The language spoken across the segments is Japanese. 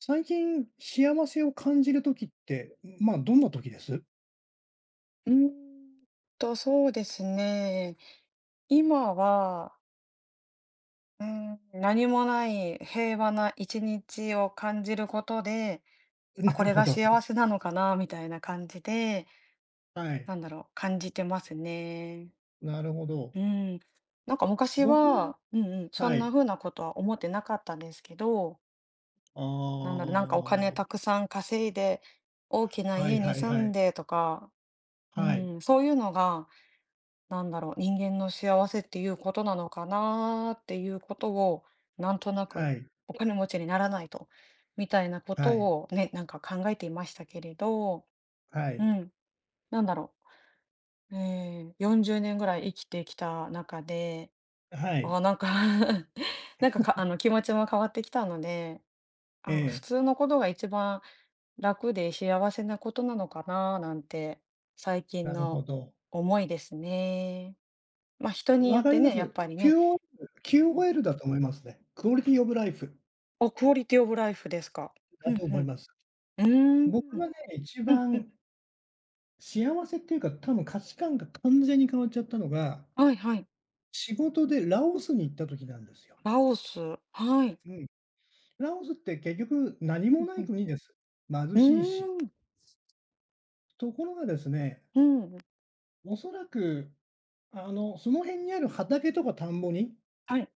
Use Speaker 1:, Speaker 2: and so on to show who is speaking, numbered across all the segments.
Speaker 1: 最近、幸せを感じる時って、まあ、どんな時です？
Speaker 2: うーんそうですね。今は、何もない平和な一日を感じることで、あ、
Speaker 1: な
Speaker 2: こ
Speaker 1: る
Speaker 2: れ
Speaker 1: ほ
Speaker 2: が
Speaker 1: ど。
Speaker 2: 幸せなのかなみたいな感じで、
Speaker 1: はい。
Speaker 2: なんだろう、感じてますね。
Speaker 1: なるほど。
Speaker 2: うん。なんか昔
Speaker 1: 僕の
Speaker 2: は、うんうん、そ
Speaker 1: は
Speaker 2: んな
Speaker 1: い。
Speaker 2: 風なことは思ってなかったんですけど、
Speaker 1: あ
Speaker 2: なんだろう、なんかお金た
Speaker 1: あ。
Speaker 2: くさん稼いで、大きな
Speaker 1: はい
Speaker 2: 家に
Speaker 1: はい
Speaker 2: 住
Speaker 1: は
Speaker 2: ん
Speaker 1: い。
Speaker 2: でとか、う
Speaker 1: はい。
Speaker 2: ん、そういうのがなんだろう、人間の幸せっていうことなのかなっていうことを、なんとな
Speaker 1: は
Speaker 2: く
Speaker 1: い
Speaker 2: お金持ちにならないと、みたいなこ
Speaker 1: は
Speaker 2: と
Speaker 1: い
Speaker 2: をね、なんか考えていましたけれど、
Speaker 1: は
Speaker 2: う
Speaker 1: い。
Speaker 2: ん、なんだろう、40年ぐらい生きてきた中で、
Speaker 1: はい。
Speaker 2: あ、なんか なんか、あの気持ちも変わってきたので、
Speaker 1: え
Speaker 2: あ、普
Speaker 1: え、
Speaker 2: 通のことが一番楽で幸せなことなのかななんて最近
Speaker 1: なるほ
Speaker 2: の
Speaker 1: ど。
Speaker 2: 思いですね。まあ人によ
Speaker 1: 分
Speaker 2: っ
Speaker 1: か
Speaker 2: て
Speaker 1: りま
Speaker 2: ね、やっ
Speaker 1: す。
Speaker 2: ぱりね、
Speaker 1: QOL。
Speaker 2: うん。
Speaker 1: QOL だと思いますね。クオリティオブライフ
Speaker 2: あ、クオリティオブライフですか。う
Speaker 1: だ
Speaker 2: んうん。
Speaker 1: と思い
Speaker 2: う
Speaker 1: ます。
Speaker 2: ー
Speaker 1: 僕
Speaker 2: ん。
Speaker 1: がね、一
Speaker 2: うんうん。
Speaker 1: 番幸せっていうか、多分価値観が完全に変わっちゃったのが、
Speaker 2: はいはい。
Speaker 1: 仕事でラオスに行った時なんですよ。
Speaker 2: ラオス。はい。
Speaker 1: うん、ラオスって結局何
Speaker 2: う
Speaker 1: も
Speaker 2: ん
Speaker 1: ない
Speaker 2: うん。
Speaker 1: 国です。貧
Speaker 2: う
Speaker 1: しいし。
Speaker 2: ーん。
Speaker 1: ところがですね、
Speaker 2: うん。
Speaker 1: おそらく、その辺にある畑とか田んぼに
Speaker 2: はい。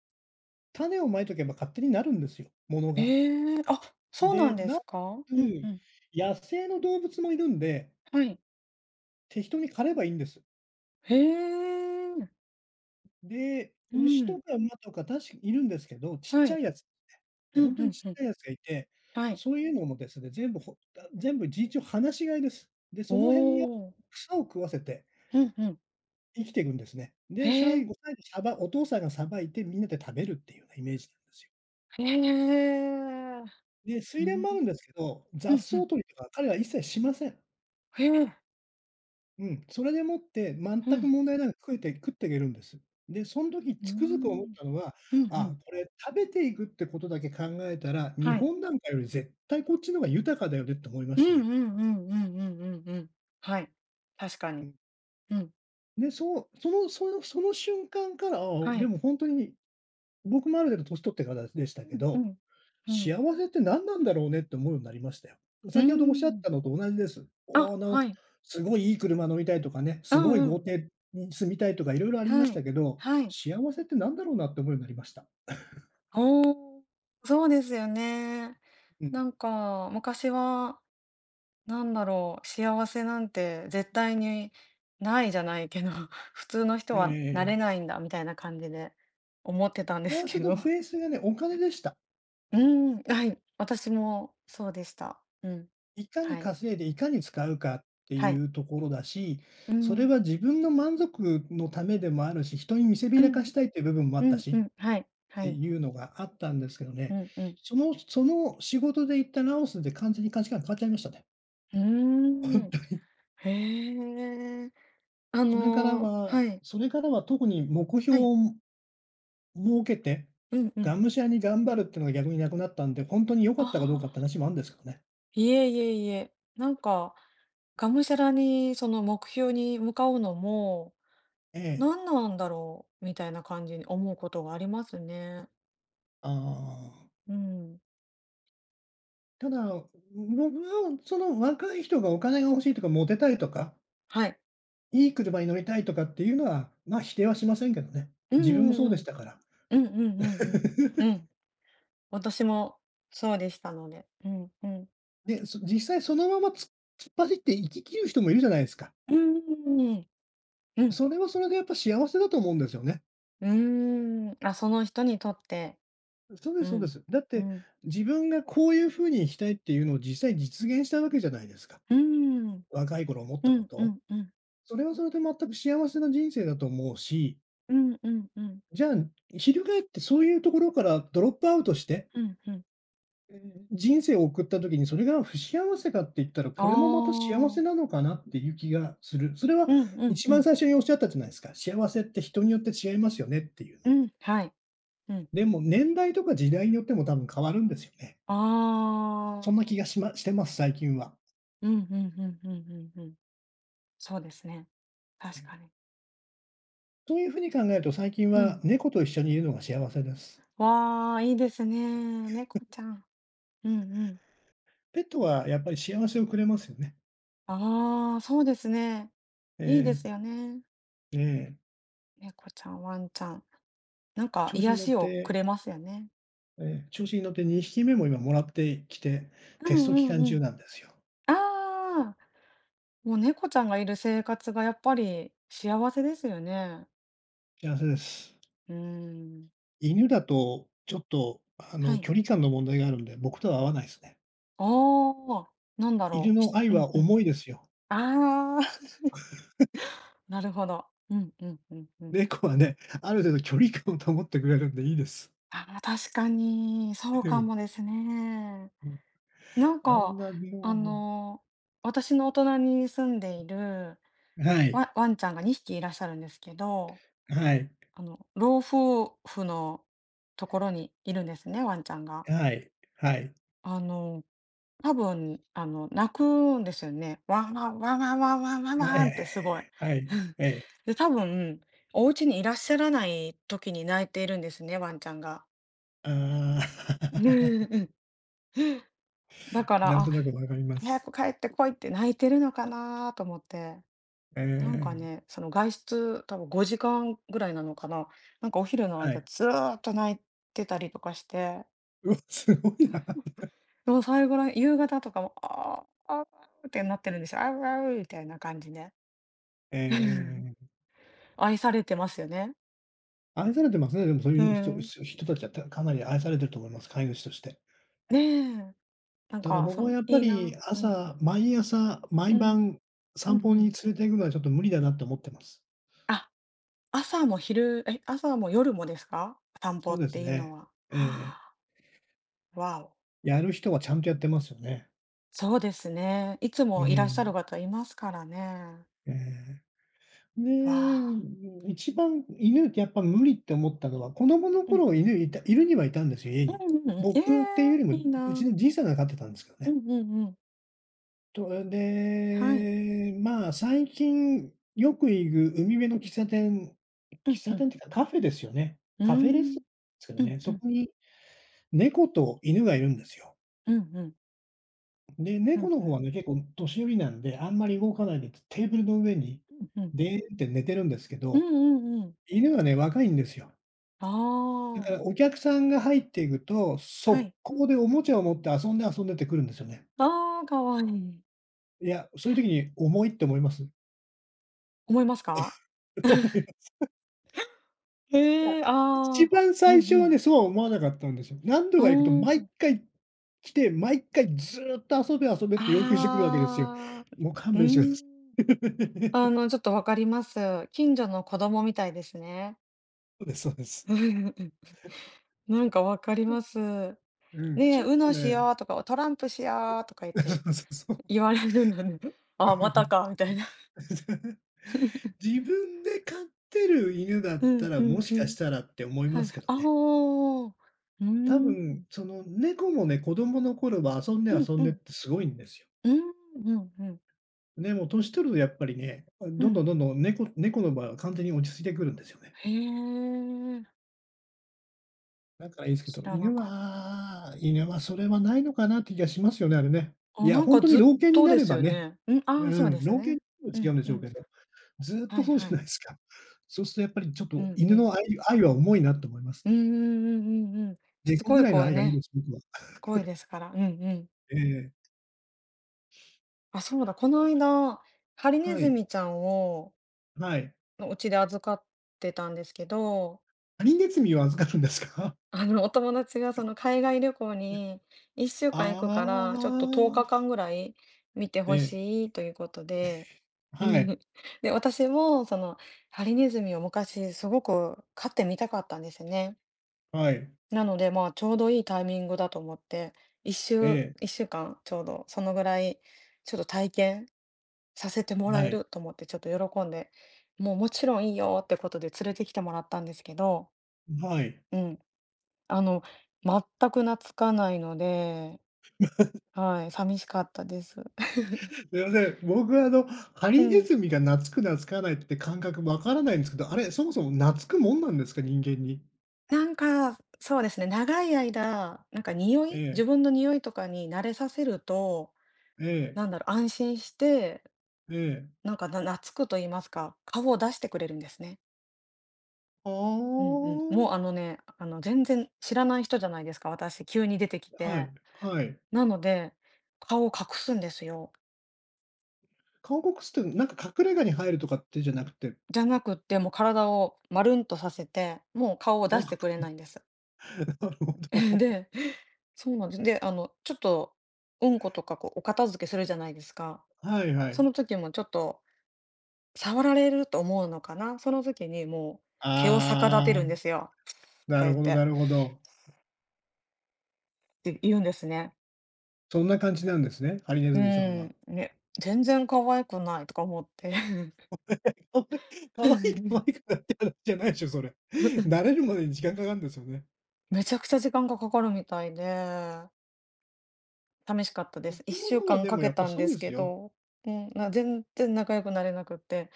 Speaker 1: 種をまいとけば勝手になるんですよ、ものが。
Speaker 2: ええ、あ、そうな
Speaker 1: で、
Speaker 2: んで
Speaker 1: なお
Speaker 2: す
Speaker 1: か
Speaker 2: か？
Speaker 1: つ
Speaker 2: うんうん。
Speaker 1: 野生の動物もいるんで、
Speaker 2: はい。
Speaker 1: 適当に狩ればいいんです。
Speaker 2: へえ。
Speaker 1: で、
Speaker 2: う
Speaker 1: 牛と
Speaker 2: ん。
Speaker 1: か馬とか確かいるんですけど、ちっ
Speaker 2: は
Speaker 1: ちゃ
Speaker 2: い。
Speaker 1: いやつ、
Speaker 2: うん、
Speaker 1: 本当
Speaker 2: う
Speaker 1: に
Speaker 2: ん
Speaker 1: ちっ
Speaker 2: うん。
Speaker 1: ちゃいやつがいて、
Speaker 2: はい。
Speaker 1: そういうのもですね、全部事実上放し飼いです。で、
Speaker 2: お
Speaker 1: その辺に
Speaker 2: お。
Speaker 1: 草を食わせて
Speaker 2: うんうん。
Speaker 1: 生きていくんですね。
Speaker 2: へ
Speaker 1: で、最
Speaker 2: え。
Speaker 1: 後最後お父さんがさばいてみんなで食べるっていうようなイメージなんですよ。
Speaker 2: へえ。
Speaker 1: で、水
Speaker 2: う
Speaker 1: 田もあるん
Speaker 2: ん。
Speaker 1: ですけど、
Speaker 2: う
Speaker 1: 雑
Speaker 2: んう
Speaker 1: 草
Speaker 2: ん。
Speaker 1: 取りとか彼は一切しません。
Speaker 2: へえ。
Speaker 1: うん、それでもって全
Speaker 2: う
Speaker 1: く
Speaker 2: ん。
Speaker 1: 問題なく食っていけるんです。で、その時
Speaker 2: うー
Speaker 1: つくづく思っ
Speaker 2: ん。
Speaker 1: たのは、
Speaker 2: うんう
Speaker 1: あ、
Speaker 2: ん。
Speaker 1: これ食べていくってことだけ考えたら、日
Speaker 2: はい。
Speaker 1: 本なんかより絶対こっちの方が豊かだよねって思いま
Speaker 2: う
Speaker 1: し
Speaker 2: ん
Speaker 1: たね。
Speaker 2: うんうんうんうんうんうん。はい。確か
Speaker 1: う
Speaker 2: に。
Speaker 1: ん。
Speaker 2: うん。
Speaker 1: で、そう、その瞬間から、あ、
Speaker 2: は
Speaker 1: で
Speaker 2: い。
Speaker 1: も本当に、僕もある程度年取ってからでしたけ
Speaker 2: う
Speaker 1: ど、
Speaker 2: ん。うん。
Speaker 1: 幸せって何なんだろうねって思うようになりましたよ。
Speaker 2: うー
Speaker 1: 先ほどおっしゃっ
Speaker 2: ん。
Speaker 1: たのと同じです。おあ
Speaker 2: あ、
Speaker 1: の、
Speaker 2: はい。
Speaker 1: すごいいい車乗りたいとかね、
Speaker 2: うん
Speaker 1: す
Speaker 2: う
Speaker 1: ごい
Speaker 2: んう
Speaker 1: 豪
Speaker 2: ん
Speaker 1: 邸に住みたいとかいろいろあり
Speaker 2: あ
Speaker 1: ま
Speaker 2: は
Speaker 1: し
Speaker 2: い。
Speaker 1: たけど、
Speaker 2: はい。
Speaker 1: 幸せって何だろうなって思うようになりました。
Speaker 2: おお、そうですよね。
Speaker 1: うん。
Speaker 2: なんか、昔は、なんだろう、幸せなんて絶対にないじゃないけど、普通の人
Speaker 1: え
Speaker 2: はなれな
Speaker 1: え。
Speaker 2: いんだみたいな感じで思ってたんです
Speaker 1: 幸せ
Speaker 2: け
Speaker 1: の
Speaker 2: ど。
Speaker 1: ベースがね、お金でした。
Speaker 2: うん、はい。私もそうでした。うん。
Speaker 1: いかに
Speaker 2: はい。
Speaker 1: 稼いでいかに使うかって
Speaker 2: は
Speaker 1: い
Speaker 2: い。
Speaker 1: うところだし、
Speaker 2: う
Speaker 1: それ
Speaker 2: ん。
Speaker 1: は自分の満足のためでもあるし、人に見せび
Speaker 2: う
Speaker 1: らか
Speaker 2: ん、
Speaker 1: したいっていう部分もあ
Speaker 2: う
Speaker 1: った
Speaker 2: んう
Speaker 1: し。
Speaker 2: ん、はい、は
Speaker 1: て
Speaker 2: い、
Speaker 1: いうのがあったんですけど
Speaker 2: う
Speaker 1: ね、
Speaker 2: んうん。
Speaker 1: その仕事で行ったラオスで完全に価値観変わっちゃいましたね。
Speaker 2: うーん。へえ。あ
Speaker 1: それから
Speaker 2: の
Speaker 1: は
Speaker 2: はい、
Speaker 1: それからは特に目標
Speaker 2: はい、
Speaker 1: を設けて、
Speaker 2: うんう
Speaker 1: が
Speaker 2: ん。
Speaker 1: むしゃらに頑張るっていうのが逆になくなったんで、ほんとに良か
Speaker 2: あ
Speaker 1: ったかどうかって
Speaker 2: あ、
Speaker 1: 話もあるんですけどね。
Speaker 2: いえいえいえ。なんか、がむしゃらにその目標に向かうのも、
Speaker 1: ええ。
Speaker 2: 何なんだろうみたいな感じに思うことがありますね。
Speaker 1: ああ。
Speaker 2: うん。
Speaker 1: ただ、僕はその若い人がお金が欲しいとか、モテたいとか、
Speaker 2: はい。
Speaker 1: いい車に乗りたいとかっていうのは、ま、否定はしませんけどね。
Speaker 2: う
Speaker 1: 自分もそ
Speaker 2: ん
Speaker 1: う
Speaker 2: うん
Speaker 1: で
Speaker 2: う
Speaker 1: し
Speaker 2: ん。
Speaker 1: たから。
Speaker 2: うんうんうんうん。うん。私もそうでしたので。うんうん。
Speaker 1: で、実際そのまま突っ走って生き切る人もいるじゃないですか。
Speaker 2: うんうんうん。うん。
Speaker 1: それはそれでやっぱ幸せだと思うんですよね。
Speaker 2: うーん、あ、その人にとって、
Speaker 1: そうで
Speaker 2: う
Speaker 1: すそうで
Speaker 2: ん、
Speaker 1: す。だっ
Speaker 2: う
Speaker 1: て、
Speaker 2: ん、
Speaker 1: 自分がこういう風にしたいっていうのを実際実現したわけじゃないですか。
Speaker 2: うーん、
Speaker 1: 若い頃思っ
Speaker 2: う
Speaker 1: たこ
Speaker 2: んう
Speaker 1: と。
Speaker 2: んうん、
Speaker 1: それはそれで全く幸せな人生だと思うし、
Speaker 2: うんうんうん、
Speaker 1: じゃあ、翻ってそういうところからドロップアウトして
Speaker 2: うんうん、
Speaker 1: 人生を送った時にそれが不幸せかって言ったら、
Speaker 2: あ
Speaker 1: これもまた幸せ
Speaker 2: あ、
Speaker 1: なのかなっていう気がする。それは
Speaker 2: うんうん
Speaker 1: 一
Speaker 2: う
Speaker 1: 番
Speaker 2: ん、
Speaker 1: 最初におっしゃったじゃないですか。幸せって人によって違いますよねっていうの。
Speaker 2: うん、はい、うん、
Speaker 1: でも年代とか時代によっても多分変わるんですよね。
Speaker 2: あ
Speaker 1: そ
Speaker 2: あ、
Speaker 1: んな気がしましてます、最近は。
Speaker 2: うんうんうんうんうんうん、そうですね、確かに。
Speaker 1: そういうふうに考えると最近
Speaker 2: う
Speaker 1: は
Speaker 2: ん、
Speaker 1: 猫と一緒にいるのが幸せです。
Speaker 2: わあ、いいですね、猫ちゃん。うんうん、
Speaker 1: ペットはやっぱり幸せをくれますよね。
Speaker 2: ああ、そうですね、いいです
Speaker 1: え
Speaker 2: よね、
Speaker 1: え、ええ。
Speaker 2: 猫ちゃん、ワンちゃん、なんか
Speaker 1: 調子
Speaker 2: 癒
Speaker 1: に乗っ
Speaker 2: しをく
Speaker 1: て
Speaker 2: れますよね。
Speaker 1: 調子に乗って2匹目も今もらってきて、
Speaker 2: うん
Speaker 1: テスト期
Speaker 2: うん
Speaker 1: 間
Speaker 2: う
Speaker 1: 中
Speaker 2: ん。
Speaker 1: なんですよ。
Speaker 2: ああ、もう猫ちゃんがいる生活がやっぱり幸せですよね。
Speaker 1: 幸せです。
Speaker 2: うーん。
Speaker 1: 犬だと、ちょっと、
Speaker 2: はい。
Speaker 1: 距離感の問題があるんで、僕とは合わないですね。
Speaker 2: ああ、なんだ
Speaker 1: 犬
Speaker 2: ろう。
Speaker 1: の
Speaker 2: し
Speaker 1: 愛
Speaker 2: うん
Speaker 1: は
Speaker 2: うん。
Speaker 1: 重いですよ。
Speaker 2: ああ、なるほど。うんうんうんう ん。
Speaker 1: 猫はね、ある程度距離感を保ってくれるんでいいです。
Speaker 2: ああ、確かに、そ う
Speaker 1: う
Speaker 2: か
Speaker 1: ん、
Speaker 2: もですね。
Speaker 1: うん。
Speaker 2: なん
Speaker 1: あん
Speaker 2: か、
Speaker 1: な
Speaker 2: あ
Speaker 1: も
Speaker 2: の、私のお隣に住んでいる
Speaker 1: うはい、
Speaker 2: ワンちゃんが2匹いらっしゃるんですけど、
Speaker 1: はい、
Speaker 2: あの、老夫婦のところにいるんですね、ワンちゃんが。
Speaker 1: はい、はい。
Speaker 2: あの、多分、あの、泣くんですよね。ワンワン、ワンワンワンワンワン
Speaker 1: え
Speaker 2: ワンってすごい。
Speaker 1: え、はい、ええ。
Speaker 2: で、多分、お家にいらっしゃらない時に泣いているんですね、ワンちゃんが。
Speaker 1: あ あ、
Speaker 2: うん。だか
Speaker 1: な
Speaker 2: ら、
Speaker 1: んと
Speaker 2: あ、
Speaker 1: なくわかりま
Speaker 2: 早
Speaker 1: す。
Speaker 2: く帰ってこいって泣いてるのかなと思って。なんか
Speaker 1: ええ、
Speaker 2: ね、その外出、多分5時間ぐらいなのかな。なんかお昼の
Speaker 1: は
Speaker 2: 間
Speaker 1: い。
Speaker 2: ずーっと泣いてたりとかして、
Speaker 1: うわ、すごいな。
Speaker 2: でもう最後の夕方とかも、ああ、あーってなってるんですよ。あーあーみたいな感じで。うん、
Speaker 1: ええ、
Speaker 2: 愛されてますよね。
Speaker 1: 愛されてますね、でもそう
Speaker 2: う
Speaker 1: いう人
Speaker 2: ん。
Speaker 1: 人たちは、かなり愛されてると思います、飼い主として。
Speaker 2: ねえ、なん
Speaker 1: ただ
Speaker 2: か、
Speaker 1: 僕
Speaker 2: そ
Speaker 1: は
Speaker 2: の
Speaker 1: やっぱ
Speaker 2: いい
Speaker 1: り
Speaker 2: な。うん、
Speaker 1: 毎朝、毎
Speaker 2: うん、
Speaker 1: 晩
Speaker 2: う
Speaker 1: 散
Speaker 2: ん
Speaker 1: 歩
Speaker 2: う
Speaker 1: に連
Speaker 2: ん。
Speaker 1: れて行くのはちょっと無理だなって思ってます。
Speaker 2: あ、朝も朝も夜もですか？散
Speaker 1: そ
Speaker 2: 歩
Speaker 1: う
Speaker 2: っ
Speaker 1: です
Speaker 2: ていうの
Speaker 1: ね。
Speaker 2: は。
Speaker 1: ええ。
Speaker 2: はあ、わお。
Speaker 1: やる人はちゃんとやってますよね。
Speaker 2: そうですね。いつ
Speaker 1: う
Speaker 2: もいらっしゃる
Speaker 1: ん。
Speaker 2: 方いますからね。
Speaker 1: ええ。
Speaker 2: わ
Speaker 1: で、
Speaker 2: あ。
Speaker 1: 一番犬ってやっぱ無理って思ったのは、子供の
Speaker 2: うん。
Speaker 1: 頃犬いるにはいたんですよ、家
Speaker 2: う
Speaker 1: に。
Speaker 2: んうんうん。え
Speaker 1: 僕っていうよりも、
Speaker 2: え、いい
Speaker 1: うち
Speaker 2: な。
Speaker 1: のじいさんが飼ってたんですけど
Speaker 2: う
Speaker 1: ね。
Speaker 2: んうんうん。はい。
Speaker 1: で、まあ、最近よく行く海辺の
Speaker 2: う
Speaker 1: 喫
Speaker 2: ん
Speaker 1: 茶店
Speaker 2: う
Speaker 1: 喫
Speaker 2: んう
Speaker 1: 茶店
Speaker 2: ん。
Speaker 1: っていうかカフェですよね。
Speaker 2: うー
Speaker 1: カフェレストで
Speaker 2: ん。
Speaker 1: すけど
Speaker 2: うん
Speaker 1: ね、
Speaker 2: う
Speaker 1: そ
Speaker 2: ん。
Speaker 1: こに猫と犬がいるんですよ。
Speaker 2: うんうん。
Speaker 1: で、
Speaker 2: ふ
Speaker 1: 猫
Speaker 2: ん
Speaker 1: の方
Speaker 2: ふん。
Speaker 1: はね、結構年寄りなんで、あんまり動かないで、テーブルの上に
Speaker 2: うんうん。
Speaker 1: でーんって寝てるんですけ
Speaker 2: うんう
Speaker 1: ど、
Speaker 2: んうんうんうんんうんうんうんうんうん
Speaker 1: 犬はね、若いんですよ。
Speaker 2: あ
Speaker 1: だか
Speaker 2: あ、
Speaker 1: らお客さんが入っていくと、
Speaker 2: は
Speaker 1: 速
Speaker 2: い。
Speaker 1: 攻でおもちゃを持って遊んで遊んでってくるんですよね。
Speaker 2: ああ、かわい。い
Speaker 1: いや、そういう時に重いって思います？
Speaker 2: 思いますか？
Speaker 1: いや、
Speaker 2: へえ、あ
Speaker 1: 一
Speaker 2: あ、
Speaker 1: 番
Speaker 2: う
Speaker 1: 最
Speaker 2: ん
Speaker 1: 初
Speaker 2: う
Speaker 1: はね、
Speaker 2: ん。
Speaker 1: そうは思わなかったんですよ。何度
Speaker 2: う
Speaker 1: か行くと
Speaker 2: ー
Speaker 1: 毎
Speaker 2: ん。
Speaker 1: 回来て、毎回ずっと遊べ遊べって要求してくるわけですよ。
Speaker 2: ああ、
Speaker 1: もう勘
Speaker 2: うー
Speaker 1: 弁してください。
Speaker 2: ん。あ の、ちょっとわかります。近所の子供みたいですね。
Speaker 1: そうですそうで す。
Speaker 2: うんうんうんなんかわかります。ね
Speaker 1: うん、ち
Speaker 2: え、
Speaker 1: ょっ
Speaker 2: ウ
Speaker 1: と
Speaker 2: ノし
Speaker 1: ね、
Speaker 2: ようとか、トランプしようとか言 って
Speaker 1: そうそうそう。
Speaker 2: 言われるのに、ああ、またかみたいな。
Speaker 1: 自分で飼ってる犬だ
Speaker 2: う
Speaker 1: った
Speaker 2: ん
Speaker 1: ら、
Speaker 2: う
Speaker 1: も
Speaker 2: ん
Speaker 1: し
Speaker 2: う
Speaker 1: かし
Speaker 2: ん。
Speaker 1: たらって思い
Speaker 2: は
Speaker 1: ま
Speaker 2: い
Speaker 1: す
Speaker 2: は
Speaker 1: け
Speaker 2: い。
Speaker 1: ど
Speaker 2: ああ、
Speaker 1: ね。
Speaker 2: うー
Speaker 1: 多分、
Speaker 2: ん。
Speaker 1: その猫もね、子供の頃は遊んで
Speaker 2: うん
Speaker 1: 遊ん
Speaker 2: う
Speaker 1: でっ
Speaker 2: ん。
Speaker 1: てすごいんですよ。
Speaker 2: うん、うんうん。
Speaker 1: ね、もう年取るとやっぱりね、
Speaker 2: う
Speaker 1: どんどん
Speaker 2: ん。
Speaker 1: どんどん猫の場合は完全に落ち着いてくるんですよね。
Speaker 2: へえ、
Speaker 1: だからいいですけど、
Speaker 2: 知らな
Speaker 1: 犬
Speaker 2: かった
Speaker 1: は犬はそれはないのかなって気がしますよね、あれね。い
Speaker 2: あ、
Speaker 1: や、
Speaker 2: なん
Speaker 1: ほん
Speaker 2: か
Speaker 1: とに
Speaker 2: ずっ
Speaker 1: 老犬に
Speaker 2: と
Speaker 1: な
Speaker 2: で
Speaker 1: れ
Speaker 2: す
Speaker 1: ば
Speaker 2: よ
Speaker 1: ね、
Speaker 2: ね。うん、
Speaker 1: う
Speaker 2: ああ、そうで
Speaker 1: ん、
Speaker 2: す
Speaker 1: 老犬
Speaker 2: ね。
Speaker 1: と
Speaker 2: う
Speaker 1: 違う
Speaker 2: ん
Speaker 1: んで
Speaker 2: う
Speaker 1: しょう
Speaker 2: ん。
Speaker 1: けど、ずっ
Speaker 2: は
Speaker 1: と
Speaker 2: い
Speaker 1: そうじ
Speaker 2: は
Speaker 1: ゃ
Speaker 2: い。
Speaker 1: ないですか。そうするとやっぱりちょっ
Speaker 2: う
Speaker 1: と
Speaker 2: んう
Speaker 1: 犬
Speaker 2: ん。
Speaker 1: の愛は重いなと思います
Speaker 2: うん
Speaker 1: ね。
Speaker 2: うんうんうんうん。しつ
Speaker 1: 猫
Speaker 2: こ
Speaker 1: ぐ
Speaker 2: い
Speaker 1: らい
Speaker 2: 子
Speaker 1: の
Speaker 2: は
Speaker 1: 愛がいい
Speaker 2: ね、
Speaker 1: です、僕は。
Speaker 2: しつこいですから。うんうん。
Speaker 1: ええ。
Speaker 2: あ、そうだ、この間、ハリネ
Speaker 1: は
Speaker 2: ズ
Speaker 1: い、
Speaker 2: ミちゃんを
Speaker 1: はい。
Speaker 2: の、うちで預かってたんですけど
Speaker 1: ハリネズミを預かるんですか？
Speaker 2: あの、お友達がその海外旅行に1週
Speaker 1: あ
Speaker 2: 間行くから、ちょっと10
Speaker 1: あ。
Speaker 2: 日間ぐらい見て
Speaker 1: え
Speaker 2: ほ
Speaker 1: え、
Speaker 2: しいということで、う
Speaker 1: はい、
Speaker 2: ん で、私もそのハリネズミを昔すごく飼ってみたかったんですね。
Speaker 1: はい、
Speaker 2: なので、まあ、ちょうどいいタイミングだと思って、
Speaker 1: え
Speaker 2: 一週間ちょうどそのぐらいちょっと体験させても
Speaker 1: え、
Speaker 2: ら
Speaker 1: は
Speaker 2: え
Speaker 1: い。
Speaker 2: ると思ってちょっと喜んで、もうもちろんいいよってことで連れてきてもらったんですけど、
Speaker 1: はい。
Speaker 2: うん。あの、全く懐かないので、はい、寂しかったです。
Speaker 1: すいません。僕はハ
Speaker 2: う
Speaker 1: リネ
Speaker 2: ん。
Speaker 1: ズミが懐く懐かないって感覚わからないんですけど、あれ、そもそも懐くもんなんですか？人間に。
Speaker 2: なんか、そうですね、長い間、なんか匂
Speaker 1: え
Speaker 2: い
Speaker 1: え、
Speaker 2: 自分の匂いとかに慣れさせると、
Speaker 1: ええ、
Speaker 2: なんだろう、安心して、
Speaker 1: ええ。
Speaker 2: なんか、懐くと言いますか、顔を出してくれるんですね。
Speaker 1: あ
Speaker 2: うんうん。も
Speaker 1: あ。
Speaker 2: うあのね、あの、全然知らない人じゃないですか、私、急に出てき
Speaker 1: は
Speaker 2: て。
Speaker 1: い、はい。
Speaker 2: なので、顔を隠すんですよ。
Speaker 1: 顔隠すって、なんか隠れ家に入るとかってじゃなくて、
Speaker 2: じゃなくって、もう体をまるんとさせて、もう顔を出
Speaker 1: 顔
Speaker 2: し
Speaker 1: 隠
Speaker 2: てくれな
Speaker 1: す。
Speaker 2: いん です。
Speaker 1: なるほ ど。
Speaker 2: で、そうなんです。で、あの、ちょっと、うんことか、こう、お片付けするじゃないですか。
Speaker 1: はいは
Speaker 2: そ
Speaker 1: い。
Speaker 2: の時もちょっと、触られると思うのかな、その時にもう、毛を逆立てるん
Speaker 1: あ
Speaker 2: で
Speaker 1: あ、
Speaker 2: すよ、と
Speaker 1: な
Speaker 2: か
Speaker 1: る
Speaker 2: 言っ
Speaker 1: ほど
Speaker 2: て、っ
Speaker 1: なるほど。
Speaker 2: て言うんですね。
Speaker 1: そんな感じなんですね、ハリネ
Speaker 2: う
Speaker 1: ズミさんは。
Speaker 2: ん、ね、全然可愛くないとか思って。
Speaker 1: かわいい、かわいい、かわい くないって話じゃないでしょ、それ。慣れるまでに時間かかるんですよね。
Speaker 2: めちゃくちゃ時間がかかるみたいで、寂しかったで
Speaker 1: 生
Speaker 2: す。
Speaker 1: き
Speaker 2: 1週
Speaker 1: 物は
Speaker 2: 間
Speaker 1: で
Speaker 2: か
Speaker 1: もや
Speaker 2: け
Speaker 1: っぱ
Speaker 2: たん
Speaker 1: そ
Speaker 2: で
Speaker 1: うで
Speaker 2: す
Speaker 1: す
Speaker 2: け
Speaker 1: よ。
Speaker 2: ど、うん、全然仲良くなれなくって、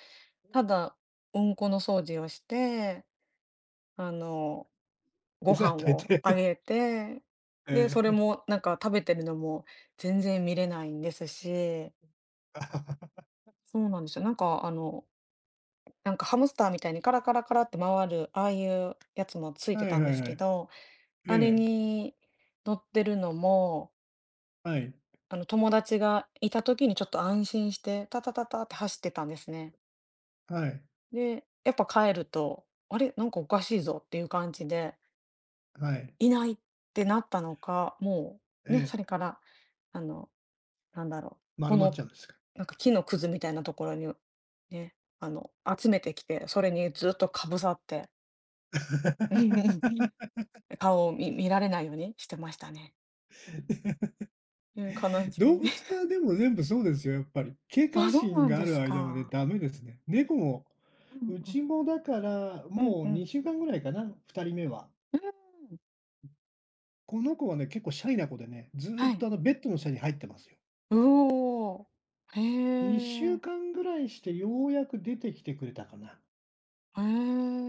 Speaker 2: ただ、うんこの掃除をしてあの、ご
Speaker 1: 餌与
Speaker 2: 飯
Speaker 1: え
Speaker 2: をあ
Speaker 1: て、
Speaker 2: げて、で、
Speaker 1: え
Speaker 2: それ
Speaker 1: え。
Speaker 2: もなんか食べてるのも全然見れないんですし、そうなんですよ。なんかあの、なんかハムスターみたいにカラカラカラって回る、ああいうやつもついて
Speaker 1: はい
Speaker 2: たん
Speaker 1: は
Speaker 2: で
Speaker 1: い
Speaker 2: す
Speaker 1: は
Speaker 2: け
Speaker 1: い。
Speaker 2: ど、
Speaker 1: え
Speaker 2: あれ
Speaker 1: え、
Speaker 2: に乗ってるのも、
Speaker 1: はい、
Speaker 2: あの、友達がいた時にちょっと安心して、タタタタって走ってたんですね。
Speaker 1: はい、
Speaker 2: で、やっぱ帰ると、あれ、なんかおかしいぞっていう感じで、
Speaker 1: はい、
Speaker 2: いないってなったのか、もう、ね、
Speaker 1: え
Speaker 2: それ
Speaker 1: え、
Speaker 2: から、あの、なんだろう、
Speaker 1: 丸
Speaker 2: こ
Speaker 1: まっち
Speaker 2: の、
Speaker 1: ゃうんですか。
Speaker 2: なんか木のくずみたいなところに、ね、あの、集めてきて、それにずっとかぶさって、顔を見られないようにしてましたね。うん、悲し
Speaker 1: 動
Speaker 2: い。
Speaker 1: 物 はでも全部そうですよ、やっぱり。警
Speaker 2: あ、
Speaker 1: 戒
Speaker 2: そう
Speaker 1: 心
Speaker 2: なん
Speaker 1: があ
Speaker 2: で
Speaker 1: る
Speaker 2: す
Speaker 1: 間はね、
Speaker 2: か。
Speaker 1: ダメですね。猫も、
Speaker 2: うん
Speaker 1: う
Speaker 2: うん。
Speaker 1: ちもだから
Speaker 2: うん
Speaker 1: もう
Speaker 2: うん。
Speaker 1: 2週間ぐらいかな、2人目は。
Speaker 2: うん。
Speaker 1: この子はね、結構シャイな子でね、ずー
Speaker 2: は
Speaker 1: っと
Speaker 2: い。
Speaker 1: あのベッドの下に入ってますよ。
Speaker 2: うお
Speaker 1: 2
Speaker 2: ー。へ
Speaker 1: 週
Speaker 2: え。
Speaker 1: 間ぐらいしてようやく出てきてくれたかな。
Speaker 2: へ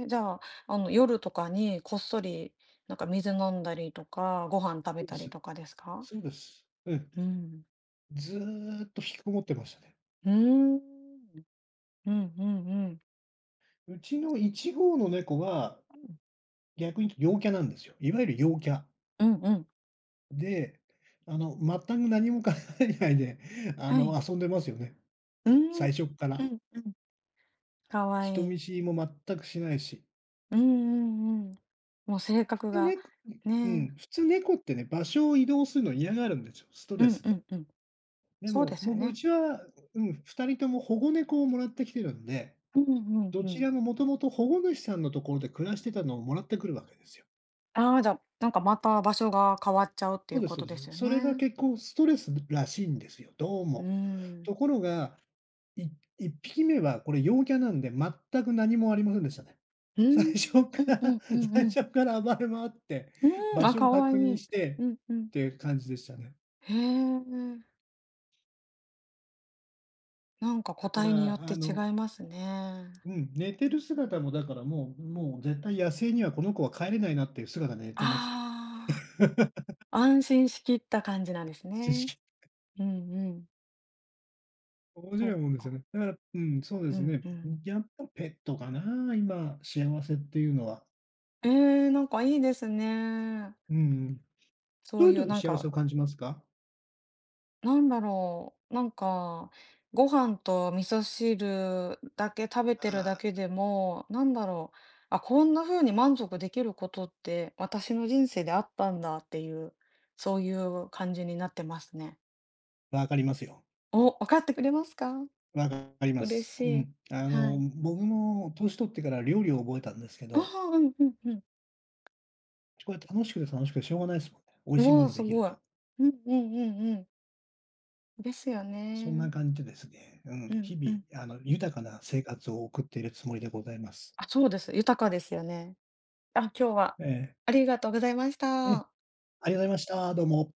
Speaker 2: え、じゃあ、あの、夜とかにこっそり、なんか水飲んだりとか、ご飯食
Speaker 1: そ
Speaker 2: べ
Speaker 1: うで
Speaker 2: たり
Speaker 1: す。
Speaker 2: とかですか？
Speaker 1: そうです。うん。
Speaker 2: うん。
Speaker 1: ずーっと引きこもってましたね。
Speaker 2: うーん。うんうんうん。
Speaker 1: うちの1号の猫は、
Speaker 2: うん。
Speaker 1: 逆に言うと陽キャなんですよ。いわゆる陽キャ。
Speaker 2: うんうん。
Speaker 1: で、全く何も考えないで、
Speaker 2: はい。
Speaker 1: 遊んでますよね。
Speaker 2: うーん。うん
Speaker 1: 最初っから。
Speaker 2: うん。かわい
Speaker 1: 人見
Speaker 2: い。
Speaker 1: 知りも全くしないし。
Speaker 2: うんうんうん。もう性
Speaker 1: 普
Speaker 2: 格
Speaker 1: 通
Speaker 2: が、
Speaker 1: 猫う
Speaker 2: ね。
Speaker 1: ん、普通猫ってね、場所を移動するの嫌がるんですよ、スト
Speaker 2: う
Speaker 1: レ
Speaker 2: ん
Speaker 1: ス
Speaker 2: う
Speaker 1: で。
Speaker 2: んうん。
Speaker 1: で
Speaker 2: そうで
Speaker 1: も、
Speaker 2: す
Speaker 1: も
Speaker 2: よ
Speaker 1: うう
Speaker 2: ね。
Speaker 1: ちは、うん、2人とも保護猫をもらってきてるんで、
Speaker 2: うんうん
Speaker 1: ど
Speaker 2: う
Speaker 1: ち
Speaker 2: ん。
Speaker 1: らももともと保護主さんのところで暮らしてたのをもらってくるわけですよ。
Speaker 2: ああ、じゃあ、なんかまた場所が変わっちゃうってい
Speaker 1: そう
Speaker 2: う
Speaker 1: です
Speaker 2: こ
Speaker 1: そう
Speaker 2: と
Speaker 1: で
Speaker 2: で
Speaker 1: す。
Speaker 2: すよ
Speaker 1: それが
Speaker 2: ね。
Speaker 1: 結構ストレスらしいんですよ、どう
Speaker 2: うー
Speaker 1: も。
Speaker 2: ん。
Speaker 1: ところが、い1匹目はこれ陽キャなんで、全く何もありませんでしたね。
Speaker 2: うー
Speaker 1: 最
Speaker 2: ん。
Speaker 1: 初
Speaker 2: う
Speaker 1: か
Speaker 2: んう
Speaker 1: ら
Speaker 2: んうん
Speaker 1: 最
Speaker 2: うん。
Speaker 1: 初から暴れ回って、
Speaker 2: うーん、
Speaker 1: 場
Speaker 2: あ、
Speaker 1: 所を
Speaker 2: 可愛
Speaker 1: 確
Speaker 2: い
Speaker 1: 認
Speaker 2: い。
Speaker 1: してっ
Speaker 2: うんうん。
Speaker 1: ていう感じでしたね。
Speaker 2: へえ、なんか個
Speaker 1: だか
Speaker 2: 体によ
Speaker 1: ら、
Speaker 2: って違いますね。
Speaker 1: 寝てる姿もだからもう絶対野生にはこの子は帰れないなっていう姿で寝てますよ。
Speaker 2: ああ、安心しきった感じなんです
Speaker 1: 知
Speaker 2: ね。
Speaker 1: 識。
Speaker 2: うんうん。
Speaker 1: 面
Speaker 2: そ
Speaker 1: 白
Speaker 2: っ
Speaker 1: いもんですよ
Speaker 2: か。
Speaker 1: ね。だから、そうで
Speaker 2: う
Speaker 1: す
Speaker 2: ん
Speaker 1: ね。
Speaker 2: うん。
Speaker 1: やっぱペットかな、今幸せっていうのは。
Speaker 2: ええ、なんかいいですね。
Speaker 1: うん。
Speaker 2: そ
Speaker 1: どう
Speaker 2: う
Speaker 1: いう
Speaker 2: い
Speaker 1: 時
Speaker 2: う
Speaker 1: に
Speaker 2: なん
Speaker 1: 幸せ
Speaker 2: か
Speaker 1: を感じますか？
Speaker 2: なんだろう、なんか、ご飯と味噌汁だけ食べてるだ
Speaker 1: あ
Speaker 2: けでも、なんだろう、あ、こんな風に満足できることって私の人生であったんだっていう、そういう感じになってますね。
Speaker 1: あ、わかりますよ。
Speaker 2: お、分かってくれますか？
Speaker 1: わかりま
Speaker 2: 嬉
Speaker 1: す。う
Speaker 2: しい。
Speaker 1: ん。
Speaker 2: はい。
Speaker 1: 僕も年取ってから料理を覚えたんですけ
Speaker 2: あ
Speaker 1: ど、
Speaker 2: あ、うんうんうん。
Speaker 1: これ楽しくて楽しくてしょうがないですもんね。美味
Speaker 2: う
Speaker 1: しいも
Speaker 2: わ
Speaker 1: の
Speaker 2: あ、
Speaker 1: が
Speaker 2: す
Speaker 1: できる
Speaker 2: ごい。
Speaker 1: と。
Speaker 2: うんうんうんうん。ですよ
Speaker 1: そんな
Speaker 2: ね。
Speaker 1: 感じでですね、
Speaker 2: うんう
Speaker 1: 日
Speaker 2: ん。
Speaker 1: 々、豊かな生活を送っているつもりでございます。
Speaker 2: あ、そうです。豊かですよね。あ、今日は
Speaker 1: ええ。
Speaker 2: ありがとうございまし
Speaker 1: ええ、
Speaker 2: た。
Speaker 1: ありがとうございました。どうも。